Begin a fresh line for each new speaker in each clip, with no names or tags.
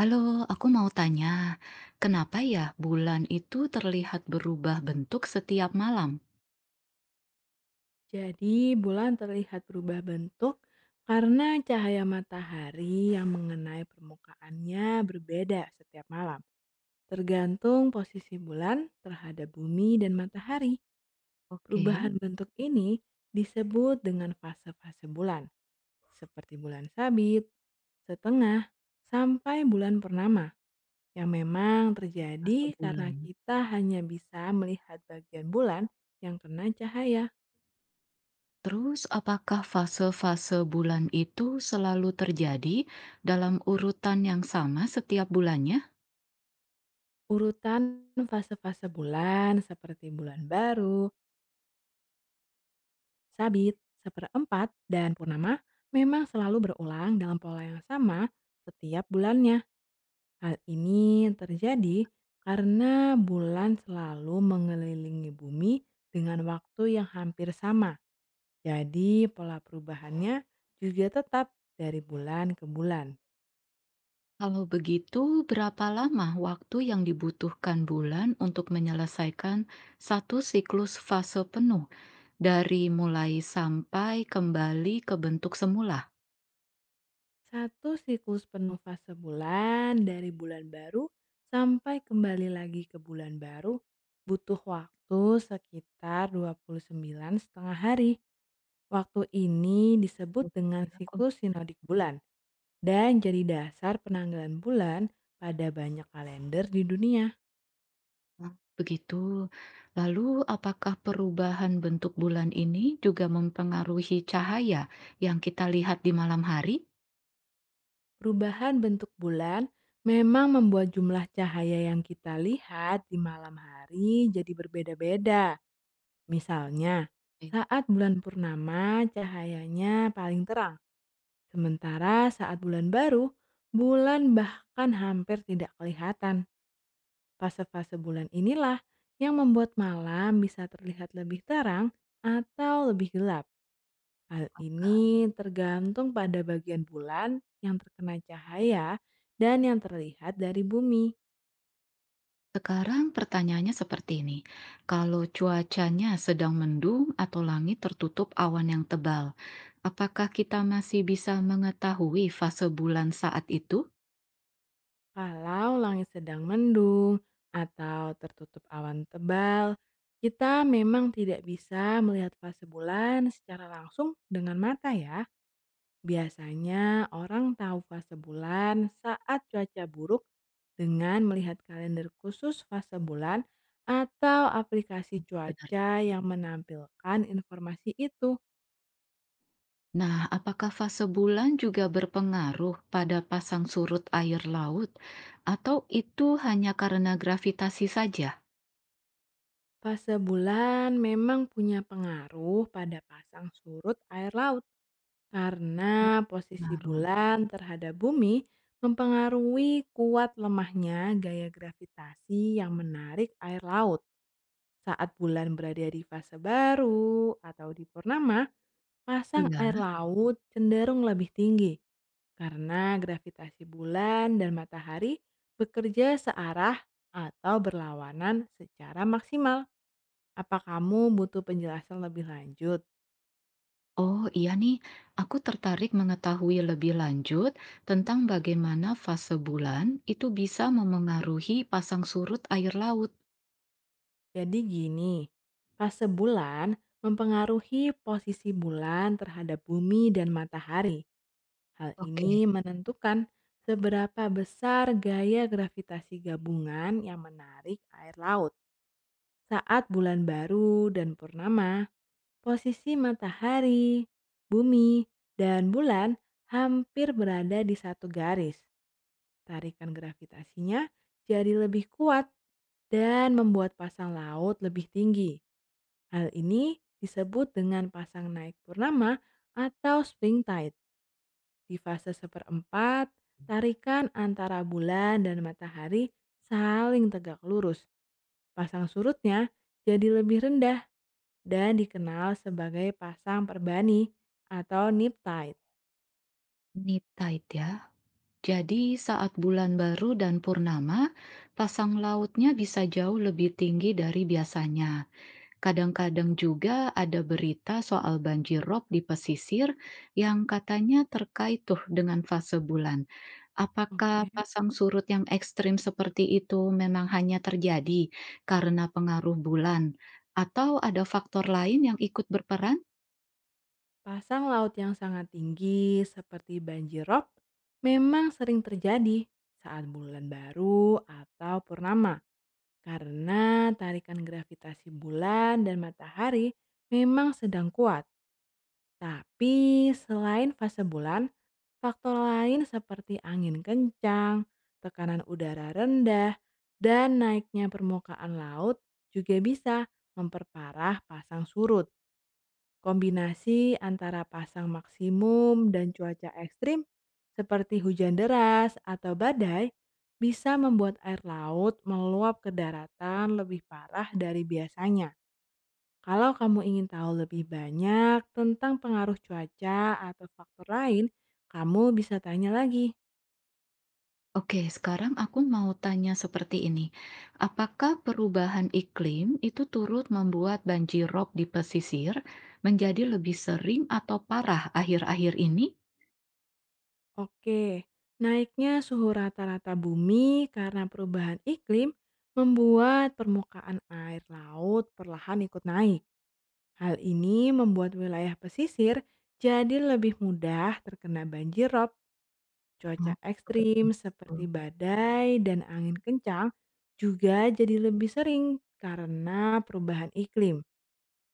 Halo, aku mau tanya, kenapa ya bulan itu terlihat berubah bentuk setiap malam?
Jadi, bulan terlihat berubah bentuk karena cahaya matahari yang mengenai permukaannya berbeda setiap malam, tergantung posisi bulan terhadap bumi dan matahari.
Oke.
Perubahan bentuk ini disebut dengan fase-fase bulan, seperti bulan sabit, setengah, sampai bulan purnama, yang memang
Fase
terjadi karena
bulan.
kita hanya bisa melihat bagian bulan yang kena cahaya.
Terus, apakah fase-fase bulan itu selalu terjadi dalam urutan yang sama setiap bulannya?
Urutan fase-fase bulan seperti bulan baru, sabit, seperempat, dan purnama memang selalu berulang dalam pola yang sama setiap bulannya. Hal ini terjadi karena bulan selalu mengelilingi bumi dengan waktu yang hampir sama. Jadi pola perubahannya juga tetap dari bulan ke bulan.
Kalau begitu, berapa lama waktu yang dibutuhkan bulan untuk menyelesaikan satu siklus fase penuh dari mulai sampai kembali ke bentuk semula?
Satu siklus penuh fase bulan dari bulan baru sampai kembali lagi ke bulan baru butuh waktu sekitar 29 setengah hari. Waktu ini disebut dengan
Oke.
siklus sinodik bulan dan jadi dasar penanggalan bulan pada banyak kalender di dunia.
Ah, begitu. Lalu, apakah perubahan bentuk bulan ini juga mempengaruhi cahaya yang kita lihat di malam hari?
Perubahan bentuk bulan memang membuat jumlah cahaya yang kita lihat di malam hari jadi berbeda-beda. Misalnya,
Eh,
saat bulan purnama cahayanya paling terang, sementara saat bulan baru, bulan bahkan hampir tidak kelihatan. Fase-fase bulan inilah yang membuat malam bisa terlihat lebih terang atau lebih gelap. Hal ini tergantung pada bagian bulan yang terkena cahaya dan yang terlihat dari bumi.
Sekarang pertanyaannya seperti ini. Kalau cuacanya sedang mendung atau langit tertutup awan yang tebal, apakah kita masih bisa mengetahui fase bulan saat itu?
Kalau langit sedang mendung atau tertutup awan tebal, kita memang tidak bisa melihat fase bulan secara langsung dengan mata ya. Biasanya orang tahu fase bulan saat cuaca buruk dengan melihat kalender khusus fase bulan atau aplikasi
Benar juga.
cuaca yang menampilkan informasi itu.
Nah, apakah fase bulan juga berpengaruh pada pasang surut air laut, atau itu hanya karena gravitasi saja?
Fase bulan memang punya pengaruh pada pasang surut air laut
Oh,
karena posisi
pengaruh.
bulan terhadap bumi mempengaruhi kuat lemahnya gaya gravitasi yang menarik air laut. Saat bulan berada di fase baru atau di purnama, pasang air
Iya.
laut cenderung lebih tinggi karena gravitasi bulan dan matahari bekerja searah atau berlawanan secara maksimal. Apa kamu butuh penjelasan lebih lanjut?
Oh, iya nih, aku tertarik mengetahui lebih lanjut tentang bagaimana fase bulan itu bisa memengaruhi pasang surut air laut.
Jadi gini, fase bulan mempengaruhi posisi bulan terhadap bumi dan matahari. Hal
Oke.
ini menentukan seberapa besar gaya gravitasi gabungan yang menarik air laut. Saat bulan baru dan purnama, posisi matahari, bumi, dan bulan hampir berada di satu garis. Tarikan gravitasinya jadi lebih kuat dan membuat pasang laut lebih tinggi. Hal ini disebut dengan pasang naik purnama atau spring tide. Di fase seperempat, tarikan antara bulan dan matahari saling tegak lurus. Pasang surutnya jadi lebih rendah dan dikenal sebagai pasang perbani atau nip tide.
Nitide ya. Jadi saat bulan baru dan purnama, pasang lautnya bisa jauh lebih tinggi dari biasanya. Kadang-kadang juga ada berita soal banjir rob di pesisir yang katanya terkait tuh dengan fase bulan. Apakah
Oke.
pasang surut yang ekstrim seperti itu memang hanya terjadi karena pengaruh bulan, atau ada faktor lain yang ikut berperan?
Pasang laut yang sangat tinggi seperti banjir rob memang sering terjadi saat bulan baru atau purnama. Karena tarikan gravitasi bulan dan matahari memang sedang kuat, tapi selain fase bulan, faktor lain seperti angin kencang, tekanan udara rendah, dan naiknya permukaan laut juga bisa memperparah pasang surut. Kombinasi antara pasang maksimum dan cuaca ekstrim seperti hujan deras atau badai bisa membuat air laut meluap ke daratan lebih parah dari biasanya. Kalau kamu ingin tahu lebih banyak tentang pengaruh cuaca atau faktor lain, kamu bisa tanya lagi.
Oke, sekarang aku mau tanya seperti ini. Apakah perubahan iklim itu turut membuat banjir rob di pesisir menjadi lebih sering atau parah akhir-akhir ini?
Oke, naiknya suhu rata-rata bumi karena perubahan iklim membuat permukaan air laut perlahan ikut naik. Hal ini membuat wilayah pesisir jadi lebih mudah terkena banjir rob,
Ah,
cuaca
seperti
ekstrim
itu.
seperti badai dan angin kencang juga jadi lebih sering karena perubahan iklim.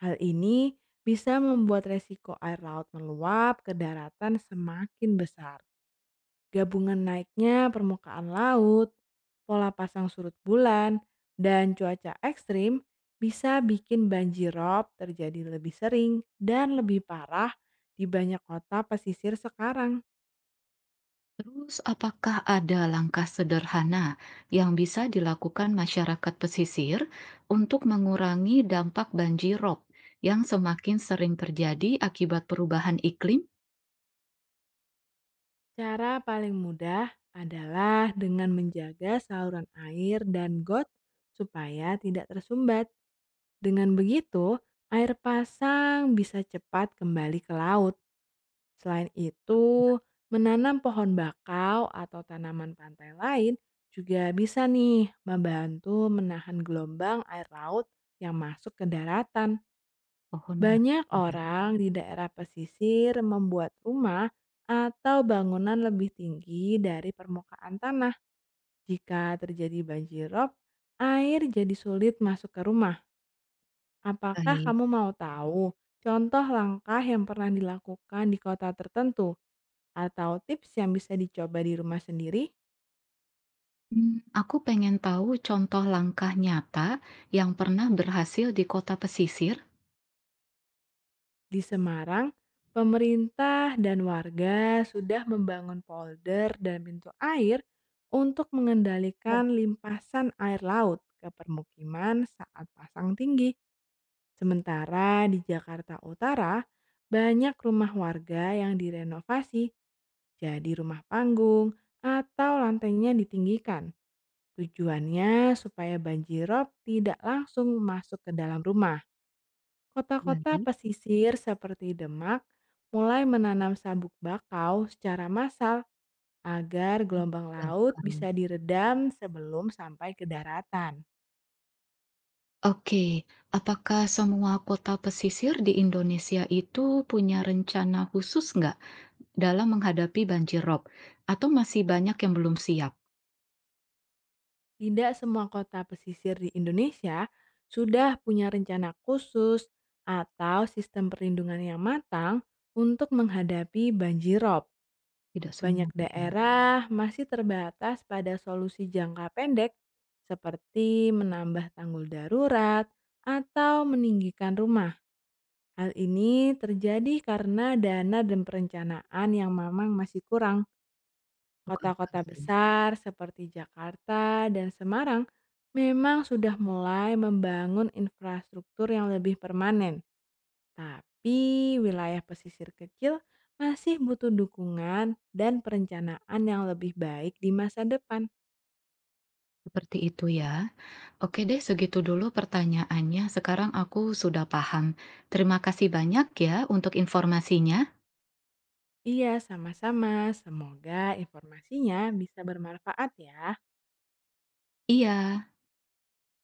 Hal ini bisa membuat resiko air laut meluap ke daratan semakin besar. Gabungan naiknya permukaan laut, pola pasang surut bulan, dan cuaca ekstrim bisa bikin banjir rob terjadi lebih sering dan lebih parah di banyak kota pesisir sekarang.
Terus, apakah ada langkah sederhana yang bisa dilakukan masyarakat pesisir untuk mengurangi dampak banjir rob yang semakin sering terjadi akibat perubahan iklim?
Cara paling mudah adalah dengan menjaga saluran air dan got supaya tidak tersumbat. Dengan begitu, air pasang bisa cepat kembali ke laut. Selain itu, menanam pohon bakau atau tanaman pantai lain juga bisa nih membantu menahan gelombang air laut yang masuk ke daratan.
Pohon nggak?
Banyak
Ya.
orang di daerah pesisir membuat rumah atau bangunan lebih tinggi dari permukaan tanah. Jika terjadi banjir rob, air jadi sulit masuk ke rumah. Apakah
Baik.
kamu mau tahu contoh langkah yang pernah dilakukan di kota tertentu? Atau tips yang bisa dicoba di rumah sendiri,
Hmm, aku pengen tahu contoh langkah nyata yang pernah berhasil di kota pesisir.
di Semarang, pemerintah dan warga sudah membangun polder dan pintu air untuk
Oh,
mengendalikan limpasan air laut ke permukiman saat pasang tinggi. Sementara di Jakarta Utara, banyak rumah warga yang direnovasi jadi rumah panggung atau lantainya ditinggikan. Tujuannya supaya banjirop tidak langsung masuk ke dalam rumah. Kota-kota
baik.
pesisir seperti Demak mulai menanam sabuk bakau secara massal agar gelombang laut bisa
Belakang.
diredam sebelum sampai ke daratan.
Oke, apakah semua kota pesisir di Indonesia itu punya rencana khusus nggak? Dalam menghadapi banjir rob atau masih banyak yang belum siap?
Tidak semua kota pesisir di Indonesia sudah punya rencana khusus atau sistem perlindungan yang matang untuk menghadapi banjirop.
Tidak
Banyak
semuanya, ya,
daerah masih terbatas pada solusi jangka pendek seperti menambah tanggul darurat atau meninggikan rumah. Hal ini terjadi karena dana dan perencanaan yang memang masih kurang.
masuk akal
Kota-kota
sih.
besar seperti Jakarta dan Semarang memang sudah mulai membangun infrastruktur yang lebih permanen. Tapi wilayah pesisir kecil masih butuh dukungan dan perencanaan yang lebih baik di masa depan.
Seperti itu ya. Oke deh, segitu dulu pertanyaannya. Sekarang aku sudah paham. Terima kasih banyak ya untuk informasinya.
Iya, sama-sama. Semoga informasinya bisa bermanfaat ya.
Iya.